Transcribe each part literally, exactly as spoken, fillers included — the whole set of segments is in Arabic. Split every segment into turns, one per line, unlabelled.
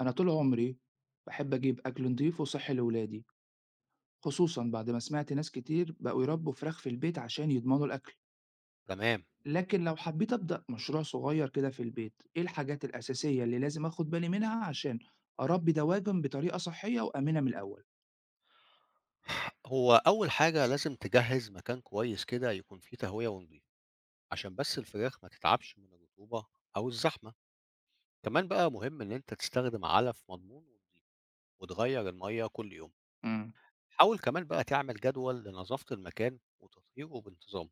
أنا طول عمري باحب أجيب أكل نضيف وصحّي لولادي، خصوصًا بعد ما سمعت ناس كتير بقوا يربوا فراخ في البيت عشان يضمنوا الأكل،
تمام.
لكن لو حبيت أبدأ مشروع صغير كده في البيت، إيه الحاجات الأساسية اللي لازم آخد بالي منها عشان أربي دواجن بطريقة صحية وآمنة من الأول؟
هو أول حاجة لازم تجهّز مكان كويس كده يكون فيه تهوية ونضيف، عشان بس الفراخ ما تتعبش من الرطوبة أو الزحمة. كمان بقى مهم إن أنت تستخدم علف مضمون ونضيف، وتغيّر المَيّة كل يوم.
إمم،
حاول كمان بقى تعمل جدول لنظافة المكان وتطهيره بانتظام،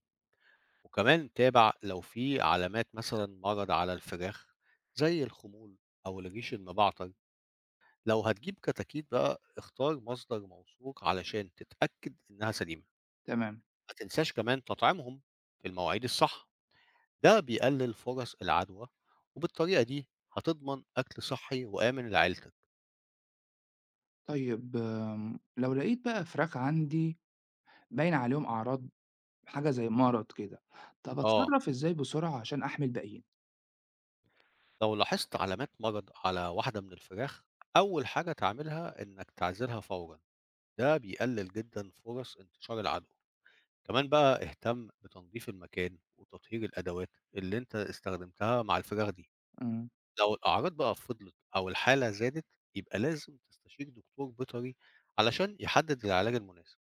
وكمان تابع لو في علامات مثلًا مرض على الفراخ زي الخمول أو الريش المبعتر. لو هتجيب كتاكيت بقى اختار مصدر موثوق علشان تتأكد إنها سليمة.
تمام.
ما تنساش كمان تطعيمهم في المواعيد الصح، ده بيقلل فرص العدوى، وبالطريقة دي هتضمن أكل صحي وآمن لعيلتك.
طيب آمم، لو لقيت بقى فراخ عندي باين عليهم أعراض حاجة زي مرض كده، طب
آه،
أتصرّف إزاي بسرعة عشان أحمي الباقيين؟
لو لاحظت علامات مرض على واحدة من الفراخ، أول حاجة تعملها إنك تعزلها فورا، ده بيقلل جدا فرص انتشار العدوى. كمان بقى اهتم بتنظيف المكان وتطهير الأدوات اللي أنت استخدمتها مع الفراخ دي.
إمم،
لو الأعراض بقى فضلت أو الحالة زادت، يبقى لازم تستشير دكتور بيطري علشان يحدد العلاج المناسب.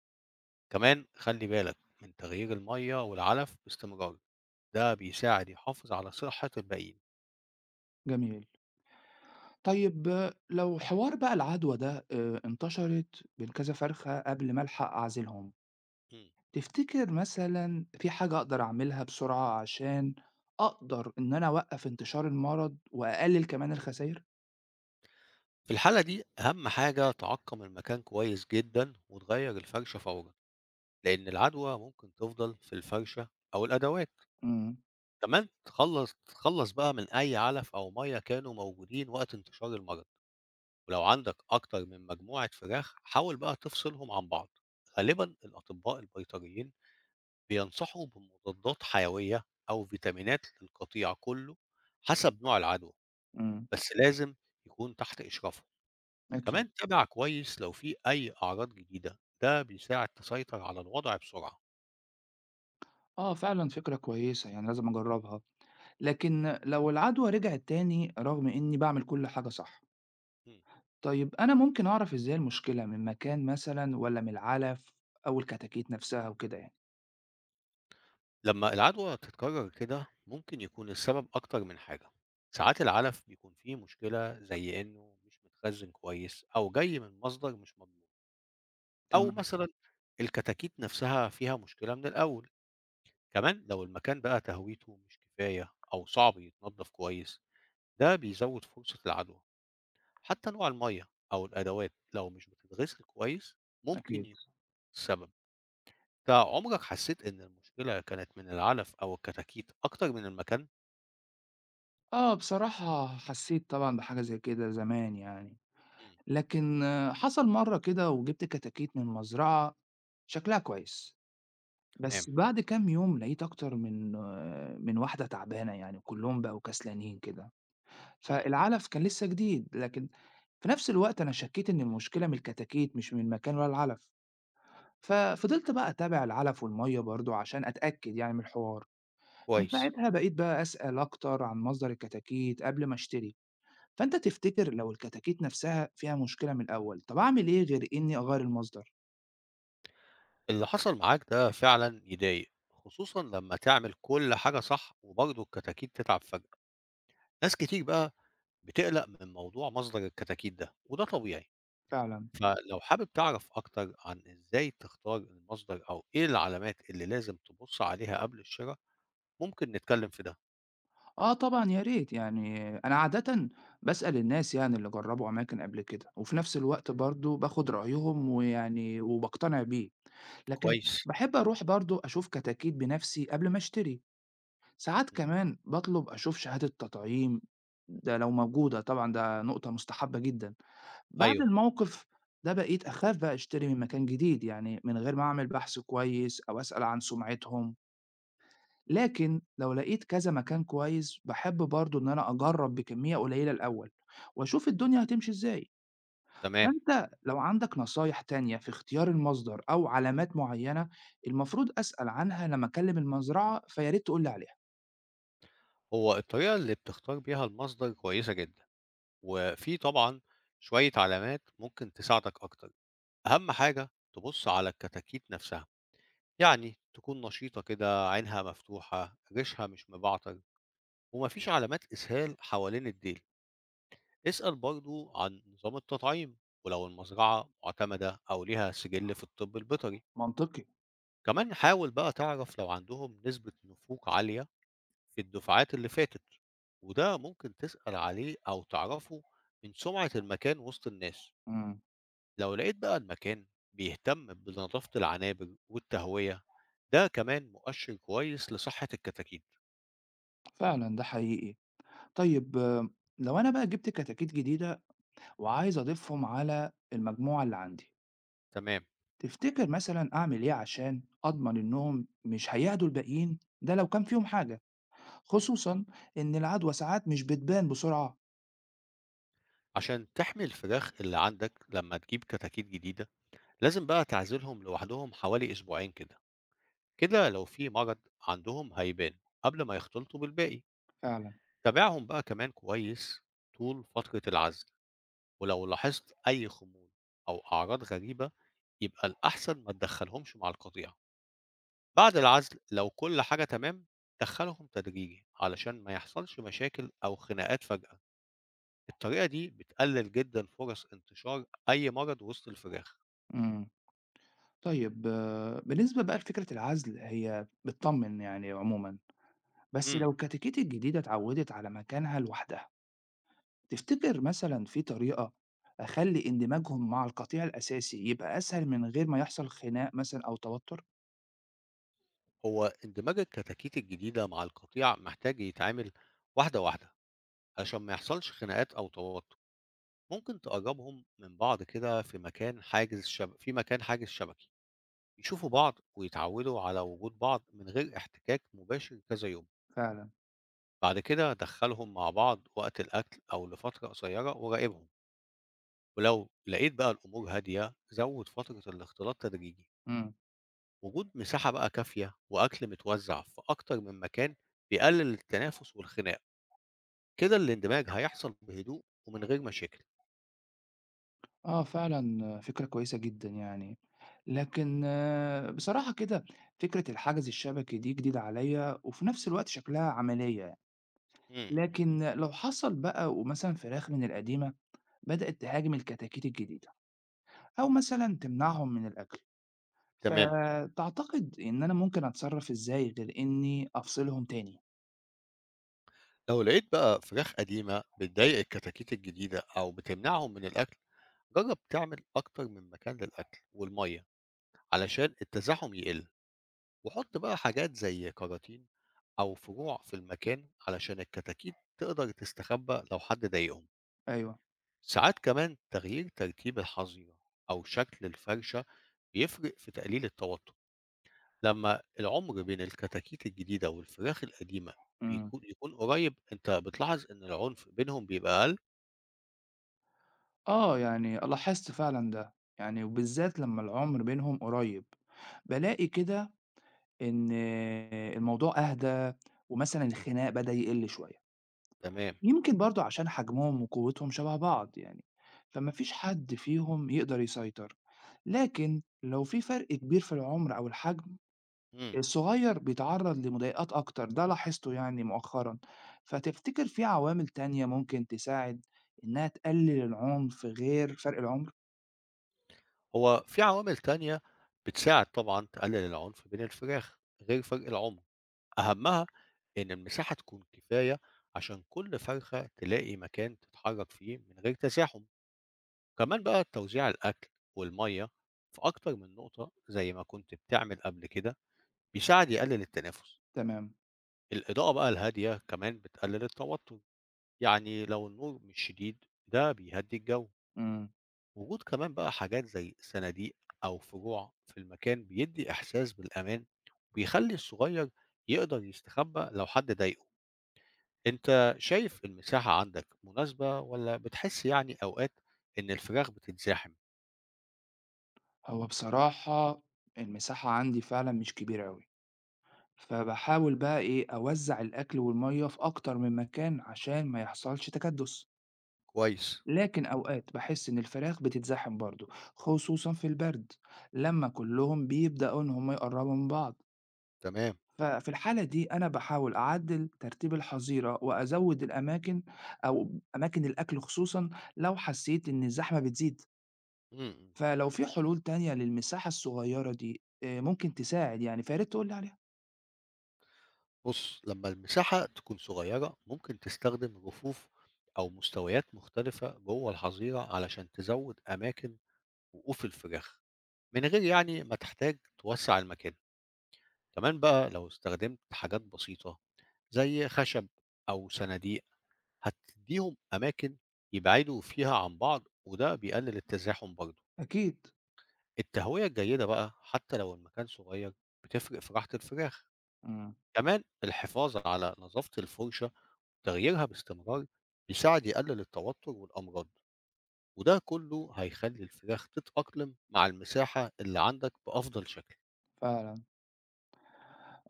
كمان خلّي بالك من تغيير المَيّة والعلف باستمرار، ده بيساعد يحافظ على صحة الباقيين.
جميل. طيب آه، لو حوار بقى العدوى ده آآ انتشرت بين كذا فرخة قبل ما ألحق أعزلهم،
امم.
تفتكر مثلًا في حاجة أقدر أعملها بسرعة عشان أقدر إن أنا أوقّف انتشار المرض وأقلل كمان الخساير؟
في الحالة دي أهم حاجة تعقّم المكان كويس جدًا وتغيّر الفرشة فورًا، لإن العدوى ممكن تفضل في الفرشة أو الأدوات.
إمم،
كمان تخلّص تخلّص بقى من أي علف أو مَيّة كانوا موجودين وقت انتشار المرض، ولو عندك أكتر من مجموعة فراخ حاول بقى تفصلهم عن بعض. غالبًا الأطباء البيطريين بينصحوا بمضادات حيوية أو فيتامينات للقطيع كله حسب نوع العدوى،
إمم،
بس لازم يكون تحت إشرافهم.
أكيد.
كمان تابع كويس لو في أي أعراض جديدة، ده بيساعد تسيطر على الوضع بسرعة.
آه فعلًا فكرة كويسة، يعني لازم أجرّبها. لكن لو العدوى رجعت تاني رغم إني باعمل كل حاجة صح،
مم.
طيب أنا ممكن أعرف إزاي المشكلة من مكان مثلًا والّا من العلف أو الكتاكيت نفسها وكده يعني؟
لما العدوى تتكرر كده ممكن يكون السبب أكتر من حاجة. ساعات العلف بيكون فيه مشكلة زي إنه مش متخزن كويس أو جاي من مصدر مش مضمون، أو
تمام،
مثلا الكتاكيت نفسها فيها مشكلة من الأول. كمان لو المكان بقى تهويته مش كفاية أو صعب يتنضف كويس، ده بيزود فرصة العدوى. حتى نوع المية أو الأدوات لو مش بتتغسل كويس ممكن
أكيد.
يكون السبب. انت عمرك حسيت إن المشكلة كانت من العلف أو الكتاكيت أكتر من المكان؟
آه، بصراحة حسّيت طبعًا بحاجة زي كده زمان يعني،
مم.
لكن آه، حصل مرّة كده وجِبت كتاكيت من مزرعة شكلها كويس،
تمام.
بس بعد كام يوم لقيت أكتر من آه، من واحدة تعبانة يعني وكلّهم بقوا كسلانين كده،
مم.
فالعلف كان لسه جديد، لكن في نفس الوقت أنا شكّيت إن المشكلة من الكتاكيت مش من المكان ولا العلف، ففضلت بقى أتابع العلف والمَيّة برضه عشان أتأكد يعني من الحوار، من
كويس.
ساعتها بقيت بقى أسأل أكتر عن مصدر الكتاكيت قبل ما أشتري. فأنت تفتكر لو الكتاكيت نفسها فيها مشكلة من الأول، طب أعمل إيه غير إني أغيّر المصدر
اللي حصل معاك ده فعلا يضايق، خصوصا لما تعمل كل حاجة صح وبرضه الكتاكيت تتعب فجأة. ناس كتير بقى بتقلق من موضوع مصدر الكتاكيت ده، وده طبيعي.
فعلًا؟
فلو حابب تعرف أكتر عن إزاي تختار المصدر أو إيه العلامات اللي لازم تبُص عليها قبل الشرا، ممكن نتكلّم في ده.
آه طبعًا يا ريت، يعني أنا عادةً باسأل الناس يعني اللي جرّبوا أماكن قبل كده، وفي نفس الوقت برضه باخد رأيهم ويعني وباقتنع بيه، لكن
كويس.
باحب أروح برضه أشوف كتاكيت بنفسي قبل ما أشتري، ساعات
إمم.
كمان باطلب أشوف شهادة تطعيم ده لو موجودة طبعًا ده نقطة مستحبة جدًا. بعد
أيوه.
الموقف ده بقيت أخاف بقى أشتري من مكان جديد يعني من غير ما أعمل بحث كويس أو أسأل عن سمعتهم، لكن لو لقيت كذا مكان كويس بحب برضو إن أنا أجرب بكمية قليلة الأول وأشوف الدنيا هتمشي إزاي.
تمام.
فأنت لو عندك نصايح تانية في اختيار المصدر أو علامات معينة المفروض أسأل عنها لما أكلم المزرعة فياريت تقولي عليها.
هو الطريقة اللي بتختار بيها المصدر كويسة جدًا، وفي طبعًا شوية علامات ممكن تساعدك أكتر. أهم حاجة تبُص على الكتاكيت نفسها، يعني تكون نشيطة كده، عينها مفتوحة، ريشها مش مبعتر، وما فيش علامات إسهال حوالين الديل. اسأل برضو عن نظام التطعيم، ولو المزرعة معتمدة أو ليها سجل في الطب البيطري.
منطقي.
كمان حاول بقى تعرف لو عندهم نسبة نفوق عالية في الدفعات اللي فاتت، وده ممكن تسأل عليه أو تعرفه من سمعة المكان وسط الناس.
مم.
لو لقيت بقى المكان بيهتم بنظافة العنابر والتهوية، ده كمان مؤشر كويس لصحة الكتاكيت.
فعلا ده حقيقي. طيب آه، لو أنا بقى جبت كتاكيت جديدة وعايز أضيفهم على المجموعة اللي عندي
تمام.
تفتكر مثلا أعمل إيه عشان أضمن إنهم مش هيعدوا الباقيين ده لو كان فيهم حاجة خصوصا إن العدوى ساعات مش بتبان بسرعة.
عشان تحمي الفراخ اللي عندك لما تجيب كتاكيت جديدة، لازم بقى تعزلهم لوحدهم حوالي أسبوعين كده. كده لو في مرض عندهم هيبان قبل ما يختلطوا بالباقي.
فعلا.
تابعهم بقى كمان كويس طول فترة العزل، ولو لاحظت أي خمول أو أعراض غريبة، يبقى الأحسن ما تدخلهمش مع القطيع. بعد العزل لو كل حاجة تمام، دخلهم تدريجي علشان ما يحصلش مشاكل أو خناقات فجأة. الطريقة دي بتقلل جدا فرص انتشار أي مرض وسط الفراخ.
امم طيب آه، بالنسبة بقى لفكرة العزل هي بتطمن يعني عموما، بس لو
مم.
الكتاكيت الجديدة اتعودت على مكانها لوحدها تفتكر مثلا في طريقة أخلي اندماجهم مع القطيع الأساسي يبقى أسهل من غير ما يحصل خناق مثلا أو توتر.
هو اندماج الكتاكيت الجديدة مع القطيع محتاج يتعامل واحدة واحدة عشان ما يحصلش خناقات أو توتر. ممكن تقربهم من بعض كده في مكان حاجز شب... في مكان حاجز شبكي، يشوفوا بعض ويتعودوا على وجود بعض من غير احتكاك مباشر كذا يوم.
فعلا.
بعد كده دخلهم مع بعض وقت الأكل أو لفترة قصيرة وراقبهم، ولو لقيت بقى الأمور هادية زود فترة الاختلاط تدريجي.
مم.
وجود مساحة بقى كافية وأكل متوزع في أكتر من مكان بيقلل التنافس والخناق. كده الاندماج هيحصل بهدوء ومن غير مشاكل.
آه فعلًا فكرة كويسة جدًا يعني، لكن آه، بصراحة كده فكرة الحجز الشبكي دي جديدة عليَّ وفي نفس الوقت شكلها عملية،
امم امم.
لكن لو حصل بقى ومثلًا فراخ من القديمة بدأت تهاجم الكتاكيت الجديدة أو مثلًا تمنعهم من الأكل،
تمام.
فتعتقد إن أنا ممكن أتصرف إزاي غير إني أفصلهم تاني؟
لو لقيت بقى فراخ قديمة بتضايق الكتاكيت الجديدة أو بتمنعهم من الأكل، جرب تعمل أكتر من مكان للأكل والمية علشان التزاحم يقل. وحط بقى حاجات زي كراتين أو فروع في المكان علشان الكتاكيت تقدر تستخبى لو حد ضايقهم.
أيوه.
ساعات كمان تغيير ترتيب الحظيرة أو شكل الفرشة بيفرق في تقليل التوتر. لمّا العُمر بين الكتاكيت الجديدة والفراخ القديمة
إمم،
بيكون يكون قريب، أنت بتلاحظ إن العنف بينهم بيبقى أقل؟
آه يعني لاحظت فعلًا ده، يعني وبالذات لمّا العمر بينهم قريب، بالاقي كده إن الموضوع أهدى ومثلًا الخناق بدأ يقل شوية،
تمام.
يمكن برضه عشان حجمهم وقوتهم شبه بعض يعني، فما فيش حد فيهم يقدر يسيطر، لكن لو في فرق كبير في العمر أو الحجم،
إمم.
الصغير بيتعرض لمضايقات أكتر، ده لاحظته يعني مؤخرًا، فتفتكر في عوامل تانية ممكن تساعد إنها تقلل العنف غير فرق العمر؟
هو في عوامل تانية بتساعد طبعًا تقلل العنف بين الفراخ غير فرق العُمر، أهمها إن المساحة تكون كفاية عشان كل فرخة تلاقي مكان تتحرك فيه من غير تزاحم. كمان بقى توزيع الأكل والمَيّة في أكتر من نقطة زي ما كنت بتعمل قبل كده، بيساعد يقلل التنافس.
تمام.
الإضاءة بقى الهادية كمان بتقلل التوتر، يعني لو النور مش شديد ده بيهدي الجو.
إمم،
وجود كمان بقى حاجات زي صناديق أو فروع في المكان بيدي إحساس بالأمان، وبيخلي الصغير يقدر يستخبى لو حد ضايقه. أنت شايف المساحة عندك مناسبة ولا بتحس يعني أوقات إن الفراغ بتتزاحم؟
هو بصراحة المساحة عندي فعلًا مش كبيرة أوي. فباحاول بقى إيه، أوزّع الأكل والمَيّة في أكتر من مكان عشان ما يحصلش تكدُّس،
كويس.
لكن أوقات باحس إن الفراخ بتتزاحم برضه، خصوصًا في البرد لمّا كُلّهم بيبدأوا إن هم يقرّبوا من بعض،
تمام.
ففي الحالة دي أنا باحاول أعدّل ترتيب الحظيرة وأزوّد الأماكن أو أماكن الأكل خصوصًا لو حسّيت إن الزحمة بتزيد،
مم.
فلو في حلول تانية للمساحة الصغيّرة دي آآ ممكن تساعد يعني فياريت تقول لي عليها.
بُص، لمّا المساحة تكون صغيّرة، ممكن تستخدم رفوف أو مستويات مختلفة جوّه الحظيرة علشان تزوّد أماكن وقوف الفراخ، من غير يعني ما تحتاج توسّع المكان. كمان بقى لو استخدمت حاجات بسيطة زي خشب أو صناديق، هتدّيهم أماكن يبعدوا فيها عن بعض، وده بيقلل التزاحم برضه.
أكيد.
التهوية الجيدة بقى حتّى لو المكان صغيّر، بتفرق في راحة الفراخ.
إمم،
كمان الحفاظ على نضافة الفرشة، تغييرها باستمرار بيساعد يقلل التوتر والأمراض، وده كله هيخلي الفراخ تتأقلم مع المساحة اللي عندك بأفضل شكل.
فعلًا.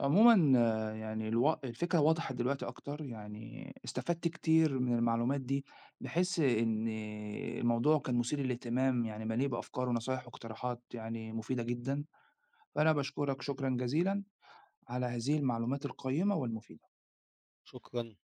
عمومًا آه، يعني الو الفكرة وضحت دلوقتي أكتر، يعني استفدت كتير من المعلومات دي، بحيث إن الموضوع كان مثير للاهتمام، يعني مليء بأفكار ونصايح واقتراحات يعني مفيدة جدًا، فأنا باشكرك شكرًا جزيلًا على هذه المعلومات القيمة والمفيدة.
شكرا.